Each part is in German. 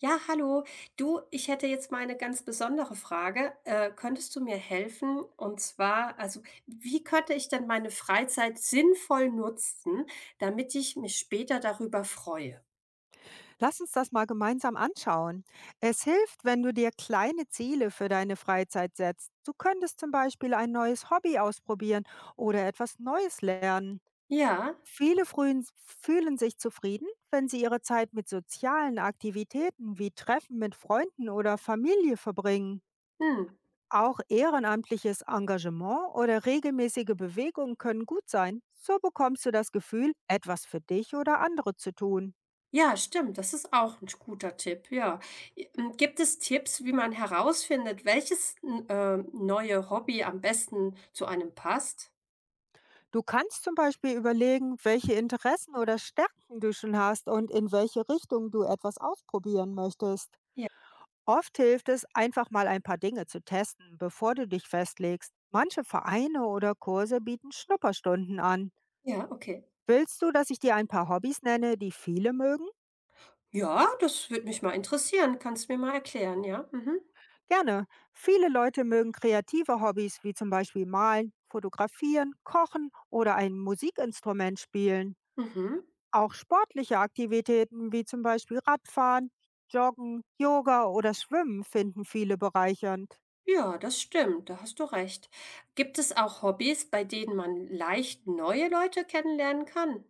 Ja, hallo. Du, ich hätte jetzt mal eine ganz besondere Frage. Könntest du mir helfen? Und zwar, also, wie könnte ich denn meine Freizeit sinnvoll nutzen, damit ich mich später darüber freue? Lass uns das mal gemeinsam anschauen. Es hilft, wenn du dir kleine Ziele für deine Freizeit setzt. Du könntest zum Beispiel ein neues Hobby ausprobieren oder etwas Neues lernen. Ja, Viele frühen fühlen sich zufrieden, wenn sie ihre Zeit mit sozialen Aktivitäten wie Treffen mit Freunden oder Familie verbringen. mhm. Auch ehrenamtliches Engagement oder regelmäßige Bewegungen können gut sein. So bekommst du das Gefühl, etwas für dich oder andere zu tun. Ja, stimmt, das ist auch ein guter Tipp, ja. Gibt es Tipps, wie man herausfindet, welches n neue Hobby am besten zu einem passt? Du kannst zum Beispiel überlegen, welche Interessen oder Stärken du schon hast und in welche Richtung du etwas ausprobieren möchtest. Ja. Oft hilft es, einfach mal ein paar Dinge zu testen, bevor du dich festlegst. Manche Vereine oder Kurse bieten Schnupperstunden an. Ja, okay. Willst du, dass ich dir ein paar Hobbys nenne, die viele mögen? Ja, das würde mich mal interessieren. Kannst du mir mal erklären, ja? Mhm. Gerne. Viele Leute mögen kreative Hobbys wie zum Beispiel Malen, Fotografieren, Kochen oder ein Musikinstrument spielen. Mhm. Auch sportliche Aktivitäten wie zum Beispiel Radfahren, Joggen, Yoga oder Schwimmen finden viele bereichernd. Ja, das stimmt, da hast du recht. Gibt es auch Hobbys, bei denen man leicht neue Leute kennenlernen kann?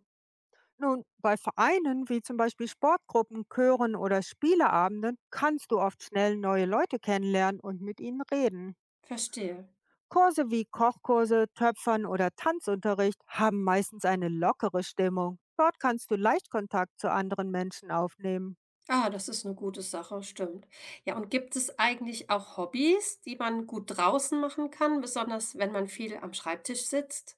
Nun, bei Vereinen wie zum Beispiel Sportgruppen, Chören oder Spieleabenden kannst du oft schnell neue Leute kennenlernen und mit ihnen reden. Verstehe. Kurse wie Kochkurse, Töpfern oder Tanzunterricht haben meistens eine lockere Stimmung. Dort kannst du leicht Kontakt zu anderen Menschen aufnehmen. Ah, das ist eine gute Sache, stimmt. Ja, und gibt es eigentlich auch Hobbys, die man gut draußen machen kann, besonders wenn man viel am Schreibtisch sitzt?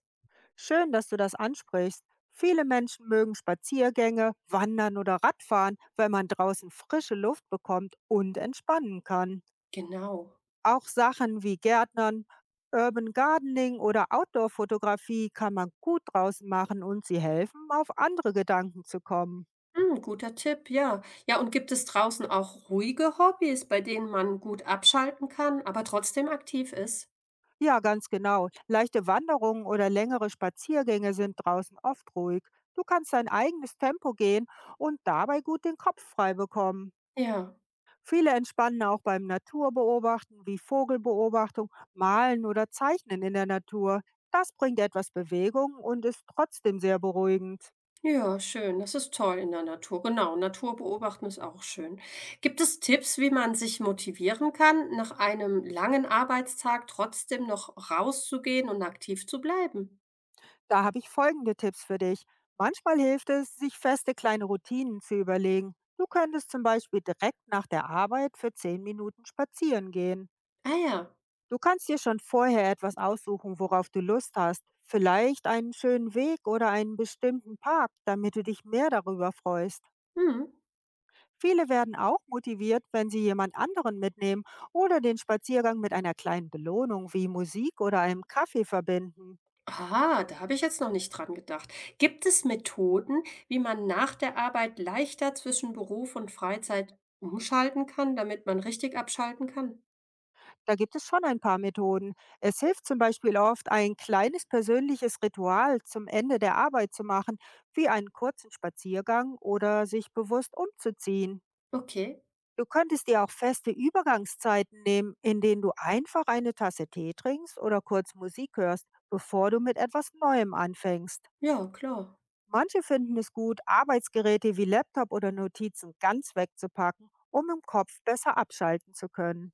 Schön, dass du das ansprichst. Viele Menschen mögen Spaziergänge, Wandern oder Radfahren, weil man draußen frische Luft bekommt und entspannen kann. Genau. Auch Sachen wie Gärtnern, Urban Gardening oder Outdoor-Fotografie kann man gut draußen machen und sie helfen, auf andere Gedanken zu kommen. Hm, guter Tipp, ja. Ja, und gibt es draußen auch ruhige Hobbys, bei denen man gut abschalten kann, aber trotzdem aktiv ist? Ja, ganz genau. Leichte Wanderungen oder längere Spaziergänge sind draußen oft ruhig. Du kannst dein eigenes Tempo gehen und dabei gut den Kopf frei bekommen. Ja. Viele entspannen auch beim Naturbeobachten wie Vogelbeobachtung, Malen oder Zeichnen in der Natur. Das bringt etwas Bewegung und ist trotzdem sehr beruhigend. Ja, schön. Das ist toll in der Natur. Genau, Natur beobachten ist auch schön. Gibt es Tipps, wie man sich motivieren kann, nach einem langen Arbeitstag trotzdem noch rauszugehen und aktiv zu bleiben? Da habe ich folgende Tipps für dich. Manchmal hilft es, sich feste kleine Routinen zu überlegen. Du könntest zum Beispiel direkt nach der Arbeit für 10 Minuten spazieren gehen. Ah ja. Du kannst dir schon vorher etwas aussuchen, worauf du Lust hast. Vielleicht einen schönen Weg oder einen bestimmten Park, damit du dich mehr darüber freust. Mhm. Viele werden auch motiviert, wenn sie jemand anderen mitnehmen oder den Spaziergang mit einer kleinen Belohnung wie Musik oder einem Kaffee verbinden. Ah, da habe ich jetzt noch nicht dran gedacht. Gibt es Methoden, wie man nach der Arbeit leichter zwischen Beruf und Freizeit umschalten kann, damit man richtig abschalten kann? Da gibt es schon ein paar Methoden. Es hilft zum Beispiel oft, ein kleines persönliches Ritual zum Ende der Arbeit zu machen, wie einen kurzen Spaziergang oder sich bewusst umzuziehen. Okay. Du könntest dir auch feste Übergangszeiten nehmen, in denen du einfach eine Tasse Tee trinkst oder kurz Musik hörst, bevor du mit etwas Neuem anfängst. Ja, klar. Manche finden es gut, Arbeitsgeräte wie Laptop oder Notizen ganz wegzupacken, um im Kopf besser abschalten zu können.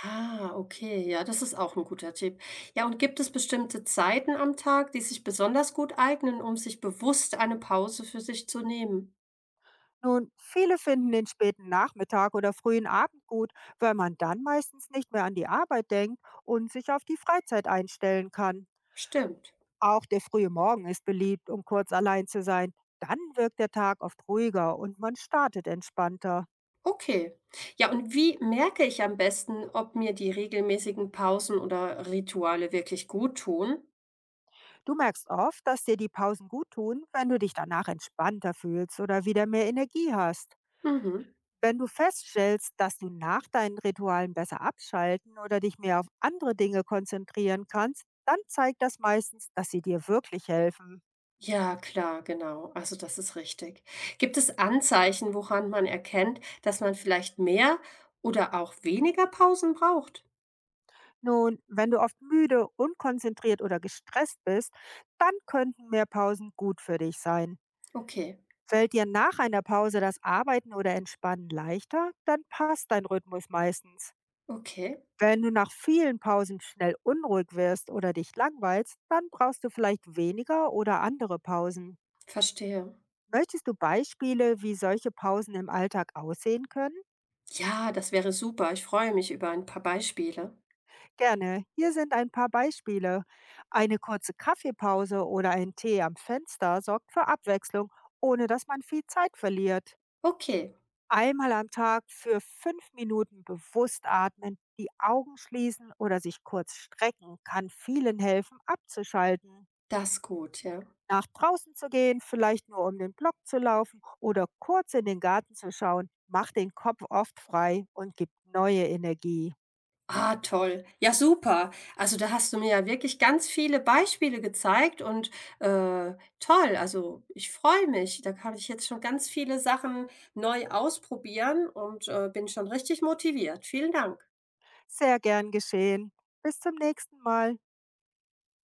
Ah, okay, ja, das ist auch ein guter Tipp. Ja, und gibt es bestimmte Zeiten am Tag, die sich besonders gut eignen, um sich bewusst eine Pause für sich zu nehmen? Nun, viele finden den späten Nachmittag oder frühen Abend gut, weil man dann meistens nicht mehr an die Arbeit denkt und sich auf die Freizeit einstellen kann. Stimmt. Auch der frühe Morgen ist beliebt, um kurz allein zu sein. Dann wirkt der Tag oft ruhiger und man startet entspannter. Okay. Ja, und wie merke ich am besten, ob mir die regelmäßigen Pausen oder Rituale wirklich gut tun? Du merkst oft, dass dir die Pausen gut tun, wenn du dich danach entspannter fühlst oder wieder mehr Energie hast. Mhm. Wenn du feststellst, dass du nach deinen Ritualen besser abschalten oder dich mehr auf andere Dinge konzentrieren kannst, dann zeigt das meistens, dass sie dir wirklich helfen. Ja, klar, genau. Also, das ist richtig. Gibt es Anzeichen, woran man erkennt, dass man vielleicht mehr oder auch weniger Pausen braucht? Nun, wenn du oft müde, unkonzentriert oder gestresst bist, dann könnten mehr Pausen gut für dich sein. Okay, Fällt dir nach einer Pause das Arbeiten oder Entspannen leichter, dann passt dein Rhythmus meistens. okay, Wenn du nach vielen Pausen schnell unruhig wirst oder dich langweilst, dann brauchst du vielleicht weniger oder andere Pausen. verstehe. Möchtest du Beispiele, wie solche Pausen im Alltag aussehen können? Ja, das wäre super. Ich freue mich über ein paar Beispiele. Gerne. Hier sind ein paar Beispiele. Eine kurze Kaffeepause oder ein Tee am Fenster sorgt für Abwechslung, ohne dass man viel Zeit verliert. Okay, Einmal am Tag für 5 Minuten bewusst atmen, die Augen schließen oder sich kurz strecken kann vielen helfen, abzuschalten. das ist gut, ja. Nach draußen zu gehen, vielleicht nur um den Block zu laufen oder kurz in den Garten zu schauen, macht den Kopf oft frei und gibt neue Energie. Ah, toll. Ja, super. Also da hast du mir ja wirklich ganz viele Beispiele gezeigt und toll. Also ich freue mich. Da kann ich jetzt schon ganz viele Sachen neu ausprobieren und bin schon richtig motiviert. Vielen Dank. Sehr gern geschehen. Bis zum nächsten Mal.